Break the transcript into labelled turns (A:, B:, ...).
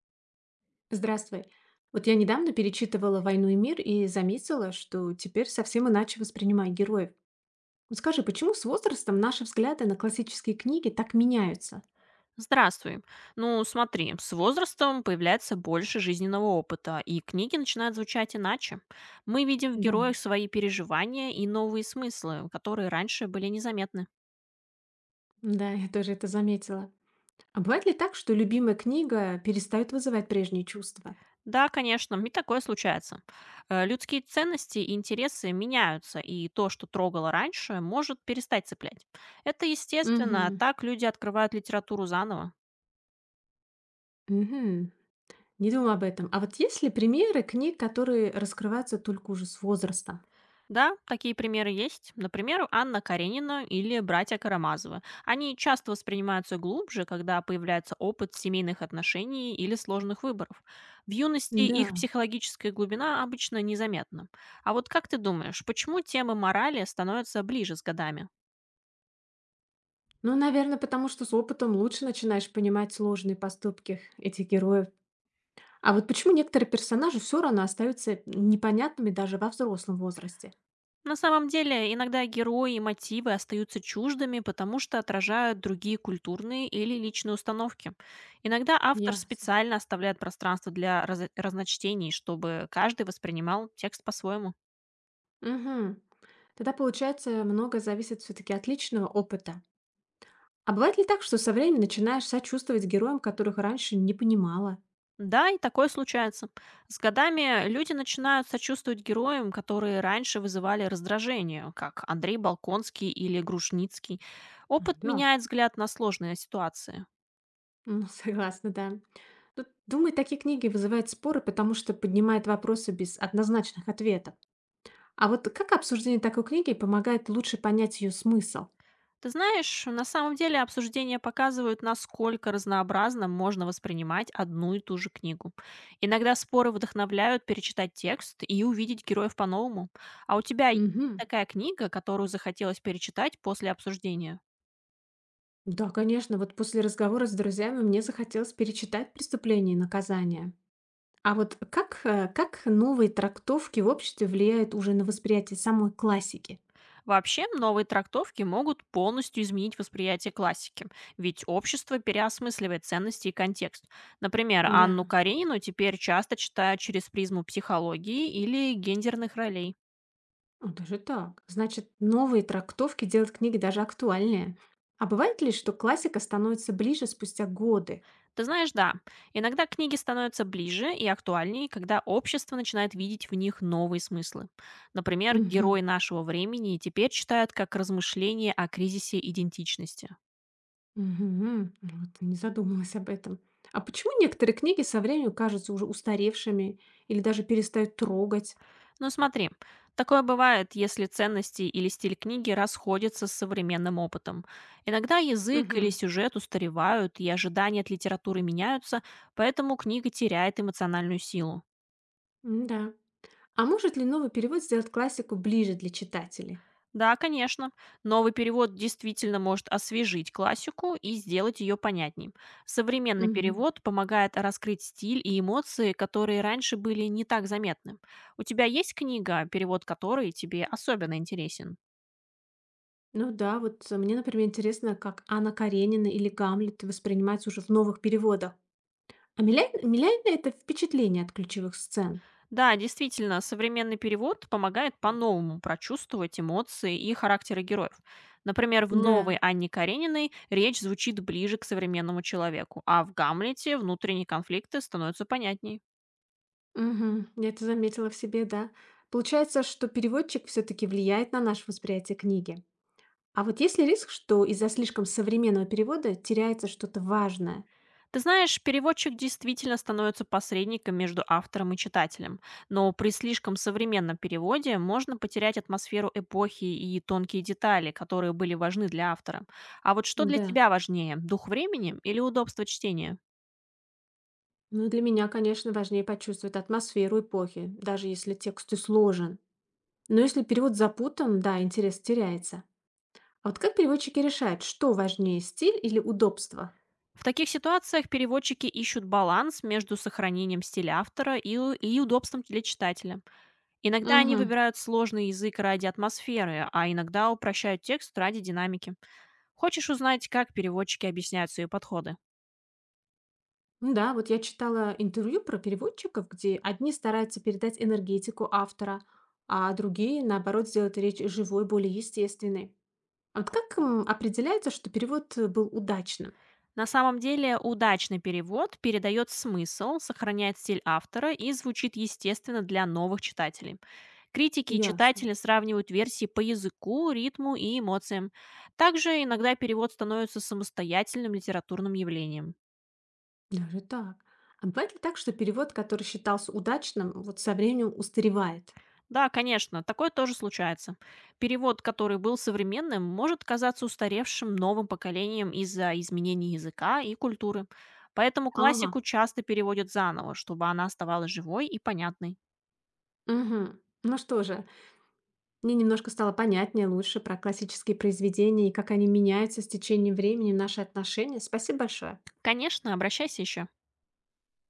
A: Здравствуй. Вот я недавно перечитывала «Войну и мир» и заметила, что теперь совсем иначе воспринимаю героев. Вот скажи, почему с возрастом наши взгляды на классические книги так меняются?
B: Здравствуй. Ну, смотри, с возрастом появляется больше жизненного опыта, и книги начинают звучать иначе. Мы видим в
A: Да,
B: героях свои переживания и новые смыслы, которые раньше были незаметны.
A: да, я тоже это заметила. А бывает ли так, что любимая книга перестает вызывать прежние чувства?
B: Да, конечно, и такое случается. Людские ценности и интересы меняются, и то, что трогало раньше, может перестать цеплять. Это естественно,
A: Угу.
B: так люди открывают литературу заново.
A: Угу. Не думала об этом. А вот есть ли примеры книг, которые раскрываются только уже с возрастом?
B: Да, такие примеры есть. Например, Анна Каренина или братья Карамазовы. Они часто воспринимаются глубже, когда появляется опыт семейных отношений или сложных выборов. В юности их
A: Да.
B: психологическая глубина обычно незаметна. А вот как ты думаешь, почему темы морали становятся ближе с годами?
A: Ну, наверное, потому что с опытом лучше начинаешь понимать сложные поступки этих героев. А вот почему некоторые персонажи все равно остаются непонятными даже во взрослом возрасте?
B: На самом деле, иногда герои и мотивы остаются чуждыми, потому что отражают другие культурные или личные установки. Иногда автор
A: Ясно.
B: специально оставляет пространство для разночтений, чтобы каждый воспринимал текст по-своему.
A: Мгм. Тогда, получается, многое зависит все-таки от личного опыта. А бывает ли так, что со временем начинаешь сочувствовать героям, которых раньше не понимала?
B: Да, и такое случается. С годами люди начинают сочувствовать героям, которые раньше вызывали раздражение, как Андрей Балконский или Грушницкий.
A: А,
B: Опыт
A: да.
B: меняет взгляд на сложные ситуации.
A: Ну, согласна, да. Тут, думаю, такие книги вызывают споры, потому что поднимают вопросы без однозначных ответов. А вот как обсуждение такой книги помогает лучше понять ее смысл?
B: Ты знаешь, на самом деле обсуждения показывают, насколько разнообразно можно воспринимать одну и ту же книгу. Иногда споры вдохновляют перечитать текст и увидеть героев по-новому. А у тебя есть
A: Мгм.
B: такая книга, которую захотелось перечитать после обсуждения?
A: Да, конечно, вот после разговора с друзьями мне захотелось перечитать «Преступление и наказание». А вот как, как новые трактовки в обществе влияют уже на восприятие самой классики?
B: Вообще, новые трактовки могут полностью изменить восприятие классики, ведь общество переосмысливает ценности и контекст. Например,
A: Да,
B: Анну Каренину теперь часто читают через призму психологии или гендерных ролей.
A: а, даже так. Значит, новые трактовки делают книги даже актуальнее. А бывает ли, что классика становится ближе спустя годы?
B: Ты знаешь, да, иногда книги становятся ближе и актуальнее, когда общество начинает видеть в них новые смыслы. Например,
A: Угу.
B: герой нашего времени теперь читают как размышление о кризисе идентичности.
A: Угу. Вот не задумалась об этом. А почему некоторые книги со временем кажутся уже устаревшими или даже перестают трогать?
B: Но смотри, такое бывает, если ценности или стиль книги расходятся с современным опытом. Иногда язык или
A: Угу.
B: сюжет устаревают, и ожидания от литературы меняются, поэтому книга теряет эмоциональную силу.
A: Да. А может ли новый перевод сделать классику ближе для читателей?
B: Да, конечно. Новый перевод действительно может освежить классику и сделать ее понятней. Современный
A: Мгм.
B: перевод помогает раскрыть стиль и эмоции, которые раньше были не так заметны. У тебя есть книга, перевод которой тебе особенно интересен?
A: Ну да, вот мне, например, интересно, как Анна Каренина или Гамлет воспринимаются уже в новых переводах. А меняет это впечатление от ключевых сцен?
B: Да, действительно, современный перевод помогает по-новому прочувствовать эмоции и характеры героев. Например, в новой
A: Да.
B: Анне Карениной речь звучит ближе к современному человеку, а в Гамлете внутренние конфликты становятся понятнее.
A: Мгм. Я это заметила в себе, да. Получается, что переводчик все-таки влияет на наше восприятие книги. А вот есть ли риск, что из-за слишком современного перевода теряется что-то важное?
B: Ты знаешь, переводчик действительно становится посредником между автором и читателем, но при слишком современном переводе можно потерять атмосферу эпохи и тонкие детали, которые были важны для автора. А вот что для
A: Да.
B: тебя важнее, дух времени или удобство чтения?
A: Ну, для меня, конечно, важнее почувствовать атмосферу эпохи, даже если текст и сложен. Но если перевод запутан, да, интерес теряется. А вот как переводчики решают, что важнее, стиль или удобство?
B: В таких ситуациях переводчики ищут баланс между сохранением стиля автора и, и удобством для читателя. Иногда они
A: Угу.
B: выбирают сложный язык ради атмосферы, а иногда упрощают текст ради динамики. Хочешь узнать, как переводчики объясняют свои подходы?
A: Да, вот я читала интервью про переводчиков, где одни стараются передать энергетику автора, а другие, наоборот, сделают речь живой, более естественной. А вот как определяется, что перевод был удачным?
B: На самом деле, удачный перевод передает смысл, сохраняет стиль автора и звучит естественно для новых читателей. Критики и
A: Ясно.
B: читатели сравнивают версии по языку, ритму и эмоциям. Также иногда перевод становится самостоятельным литературным явлением.
A: Даже так. А бывает ли так, что перевод, который считался удачным, вот со временем устаревает?
B: Да, конечно, такое тоже случается. Перевод, который был современным, может казаться устаревшим новым поколением из-за изменений языка и культуры. Поэтому
A: Ага.
B: классику часто переводят заново, чтобы она оставалась живой и понятной.
A: Угу. Ну что же, мне немножко стало понятнее лучше про классические произведения и как они меняются с течением времени, в наши отношения. Спасибо большое.
B: Конечно, обращайся еще.